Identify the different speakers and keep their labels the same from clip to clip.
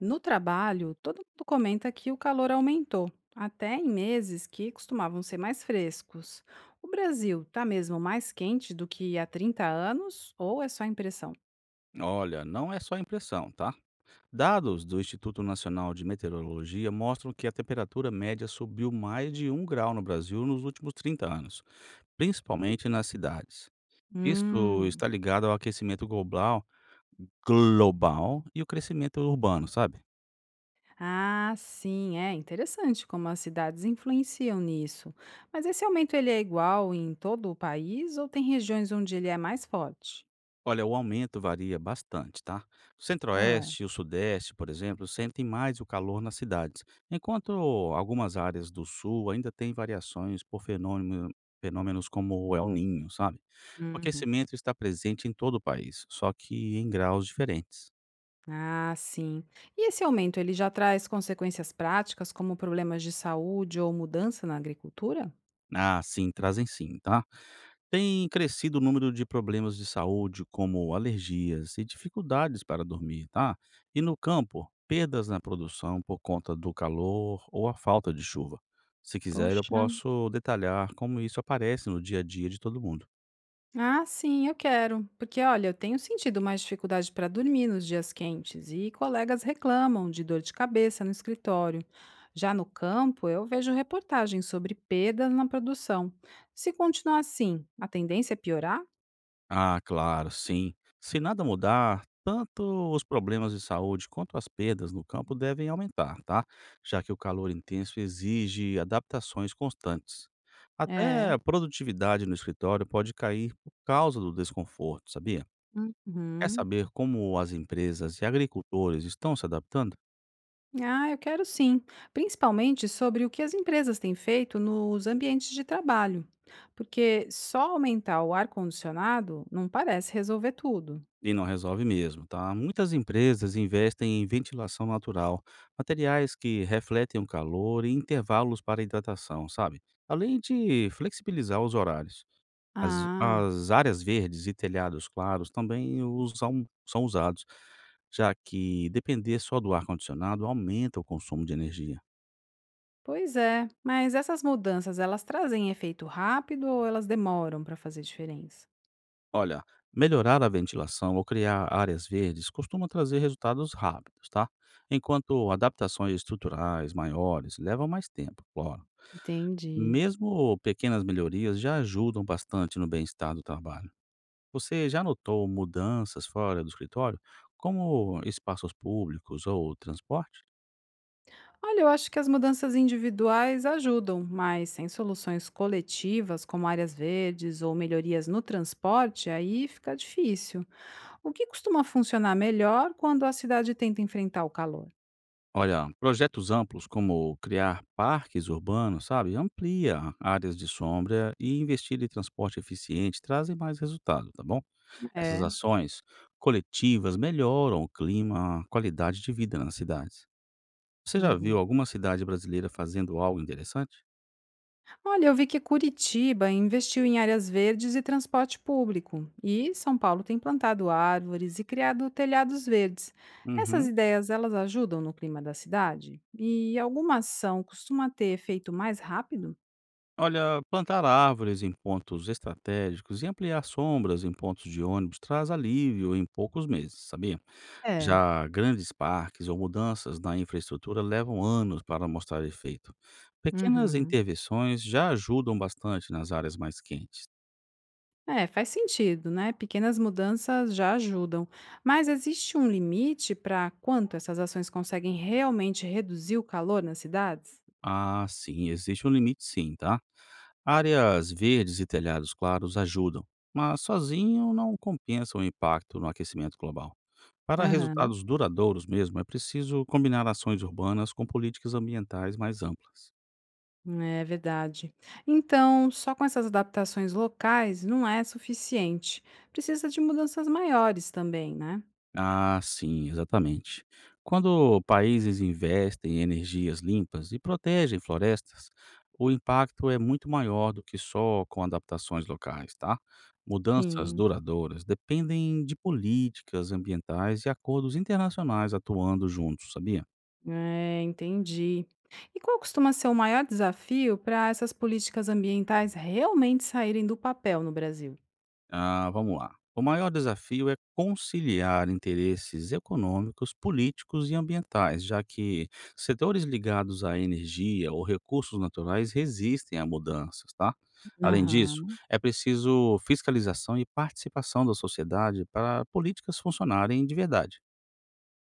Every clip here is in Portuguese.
Speaker 1: No trabalho, todo mundo comenta que o calor aumentou, até em meses que costumavam ser mais frescos. O Brasil está mesmo mais quente do que há 30 anos ou é só impressão?
Speaker 2: Olha, não é só impressão, tá? Dados do Instituto Nacional de Meteorologia mostram que a temperatura média subiu mais de 1 grau no Brasil nos últimos 30 anos, principalmente nas cidades. Isso
Speaker 1: Hum.
Speaker 2: está ligado ao aquecimento global e o crescimento urbano, sabe?
Speaker 1: Ah, sim, é interessante como as cidades influenciam nisso. Mas esse aumento ele é igual em todo o país ou tem regiões onde ele é mais forte?
Speaker 2: Olha, o aumento varia bastante, tá? O
Speaker 1: Ah,
Speaker 2: centro-oeste e o sudeste, por exemplo, sentem mais o calor nas cidades, enquanto algumas áreas do sul ainda têm variações por fenômenos como o El Ninho, sabe? O
Speaker 1: uhum.
Speaker 2: aquecimento está presente em todo o país, só que em graus diferentes.
Speaker 1: Ah, sim. E esse aumento, ele já traz consequências práticas, como problemas de saúde ou mudança na agricultura?
Speaker 2: Ah, sim, trazem sim, tá? Tem crescido o número de problemas de saúde, como alergias e dificuldades para dormir, tá? E no campo, perdas na produção por conta do calor ou a falta de chuva. Se quiser, eu
Speaker 1: Poxa.
Speaker 2: posso detalhar como isso aparece no dia a dia de todo mundo.
Speaker 1: Ah, sim, eu quero. Porque, olha, eu tenho sentido mais dificuldade para dormir nos dias quentes e colegas reclamam de dor de cabeça no escritório. Já no campo, eu vejo reportagens sobre perdas na produção. Se continuar assim, a tendência é piorar?
Speaker 2: Ah, claro, sim. Se nada mudar, tanto os problemas de saúde quanto as perdas no campo devem aumentar, tá? Já que o calor intenso exige adaptações constantes. Até
Speaker 1: É.
Speaker 2: a produtividade no escritório pode cair por causa do desconforto, sabia? Quer
Speaker 1: Uhum.
Speaker 2: saber como as empresas e agricultores estão se adaptando?
Speaker 1: Ah, eu quero sim, principalmente sobre o que as empresas têm feito nos ambientes de trabalho, porque só aumentar o ar-condicionado não parece resolver tudo.
Speaker 2: E não resolve mesmo, tá? Muitas empresas investem em ventilação natural, materiais que refletem o calor e intervalos para hidratação, sabe? Além de flexibilizar os horários. As,
Speaker 1: Ah,
Speaker 2: as áreas verdes e telhados claros também usam, são usados, já que depender só do ar-condicionado aumenta o consumo de energia.
Speaker 1: pois é, mas essas mudanças elas trazem efeito rápido ou elas demoram para fazer diferença?
Speaker 2: Olha, melhorar a ventilação ou criar áreas verdes costuma trazer resultados rápidos, tá? Enquanto adaptações estruturais maiores levam mais tempo, claro.
Speaker 1: Entendi.
Speaker 2: Mesmo pequenas melhorias já ajudam bastante no bem-estar do trabalho. Você já notou mudanças fora do escritório, como espaços públicos ou transporte?
Speaker 1: Olha, eu acho que as mudanças individuais ajudam, mas sem soluções coletivas, como áreas verdes ou melhorias no transporte, aí fica difícil. O que costuma funcionar melhor quando a cidade tenta enfrentar o calor?
Speaker 2: Olha, projetos amplos como criar parques urbanos, sabe, amplia áreas de sombra e investir em transporte eficiente trazem mais resultado, tá bom? Essas
Speaker 1: É.
Speaker 2: ações coletivas melhoram o clima, a qualidade de vida nas cidades. Você já viu
Speaker 1: Uhum.
Speaker 2: alguma cidade brasileira fazendo algo interessante?
Speaker 1: Olha, eu vi que Curitiba investiu em áreas verdes e transporte público. E São Paulo tem plantado árvores e criado telhados verdes. Essas
Speaker 2: Uhum.
Speaker 1: ideias, elas ajudam no clima da cidade? E alguma ação costuma ter efeito mais rápido?
Speaker 2: Olha, plantar árvores em pontos estratégicos e ampliar sombras em pontos de ônibus traz alívio em poucos meses, sabia?
Speaker 1: É.
Speaker 2: Já grandes parques ou mudanças na infraestrutura levam anos para mostrar efeito. Pequenas
Speaker 1: Uhum.
Speaker 2: intervenções já ajudam bastante nas áreas mais quentes.
Speaker 1: É, faz sentido, né? Pequenas mudanças já ajudam. Mas existe um limite para quanto essas ações conseguem realmente reduzir o calor nas cidades?
Speaker 2: Ah, sim, existe um limite sim, tá? Áreas verdes e telhados claros ajudam, mas sozinho não compensa o impacto no aquecimento global. Para
Speaker 1: Aham,
Speaker 2: resultados duradouros mesmo, é preciso combinar ações urbanas com políticas ambientais mais amplas.
Speaker 1: é verdade. Então, só com essas adaptações locais não é suficiente. Precisa de mudanças maiores também, né?
Speaker 2: Ah, sim, exatamente. Quando países investem em energias limpas e protegem florestas, o impacto é muito maior do que só com adaptações locais, tá? Mudanças
Speaker 1: Sim,
Speaker 2: duradouras dependem de políticas ambientais e acordos internacionais atuando juntos, sabia?
Speaker 1: é, entendi. E qual costuma ser o maior desafio para essas políticas ambientais realmente saírem do papel no Brasil?
Speaker 2: Ah, vamos lá. O maior desafio é conciliar interesses econômicos, políticos e ambientais, já que setores ligados à energia ou recursos naturais resistem a mudanças, tá? Além disso,
Speaker 1: Aham.
Speaker 2: é preciso fiscalização e participação da sociedade para políticas funcionarem de verdade.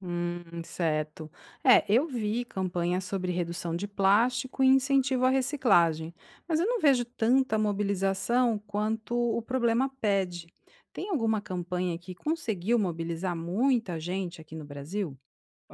Speaker 1: Certo. É, eu vi campanhas sobre redução de plástico e incentivo à reciclagem, mas eu não vejo tanta mobilização quanto o problema pede. Tem alguma campanha que conseguiu mobilizar muita gente aqui no Brasil?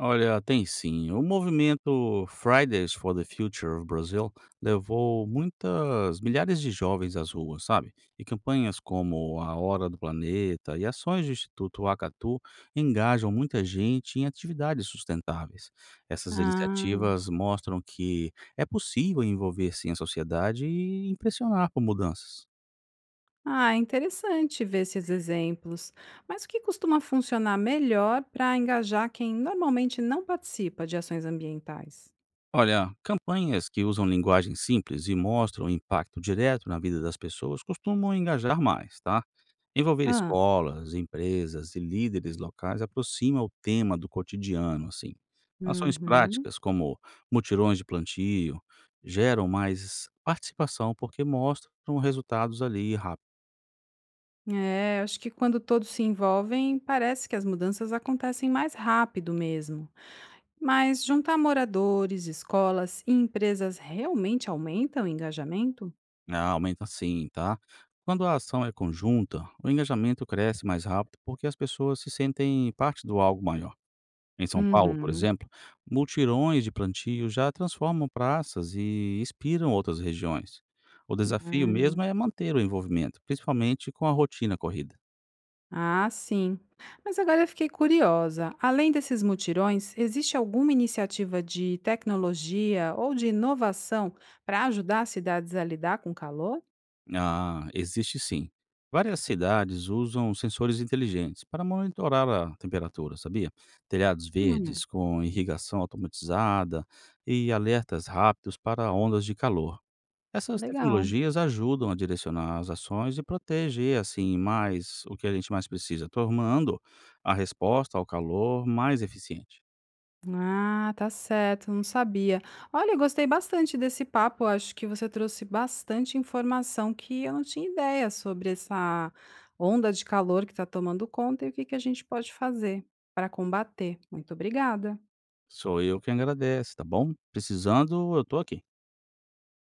Speaker 2: Olha, tem sim. O movimento Fridays for the Future of Brazil levou muitas milhares de jovens às ruas, sabe? E campanhas como a Hora do Planeta e ações do Instituto Acatu engajam muita gente em atividades sustentáveis. Essas
Speaker 1: Ah,
Speaker 2: iniciativas mostram que é possível envolver sim a sociedade e impressionar por mudanças.
Speaker 1: ah, interessante ver esses exemplos. Mas o que costuma funcionar melhor para engajar quem normalmente não participa de ações ambientais?
Speaker 2: Olha, campanhas que usam linguagem simples e mostram impacto direto na vida das pessoas costumam engajar mais, tá? Envolver
Speaker 1: Ah,
Speaker 2: escolas, empresas e líderes locais aproxima o tema do cotidiano, assim. Ações
Speaker 1: uhum.
Speaker 2: práticas, como mutirões de plantio, geram mais participação porque mostram resultados ali rápido.
Speaker 1: É, acho que quando todos se envolvem, parece que as mudanças acontecem mais rápido mesmo. Mas juntar moradores, escolas e empresas realmente aumenta o engajamento?
Speaker 2: Ah, aumenta sim, tá? Quando a ação é conjunta, o engajamento cresce mais rápido porque as pessoas se sentem parte do algo maior. Em São Paulo, por
Speaker 1: Uhum.
Speaker 2: exemplo, multirões de plantio já transformam praças e inspiram outras regiões. O desafio
Speaker 1: Ah,
Speaker 2: mesmo é manter o envolvimento, principalmente com a rotina corrida.
Speaker 1: ah, sim. Mas agora eu fiquei curiosa. Além desses mutirões, existe alguma iniciativa de tecnologia ou de inovação para ajudar as cidades a lidar com o calor?
Speaker 2: Ah, existe sim. Várias cidades usam sensores inteligentes para monitorar a temperatura, sabia? Telhados
Speaker 1: Hum,
Speaker 2: verdes com irrigação automatizada e alertas rápidos para ondas de calor. Essas
Speaker 1: legal.
Speaker 2: tecnologias ajudam a direcionar as ações e proteger, assim, mais o que a gente mais precisa, tornando a resposta ao calor mais eficiente.
Speaker 1: Ah, tá certo, não sabia. Olha, eu gostei bastante desse papo. Acho que você trouxe bastante informação que eu não tinha ideia sobre essa onda de calor que está tomando conta e o que que a gente pode fazer para combater. Muito obrigada.
Speaker 2: Sou eu quem agradece, tá bom? Precisando, eu tô aqui.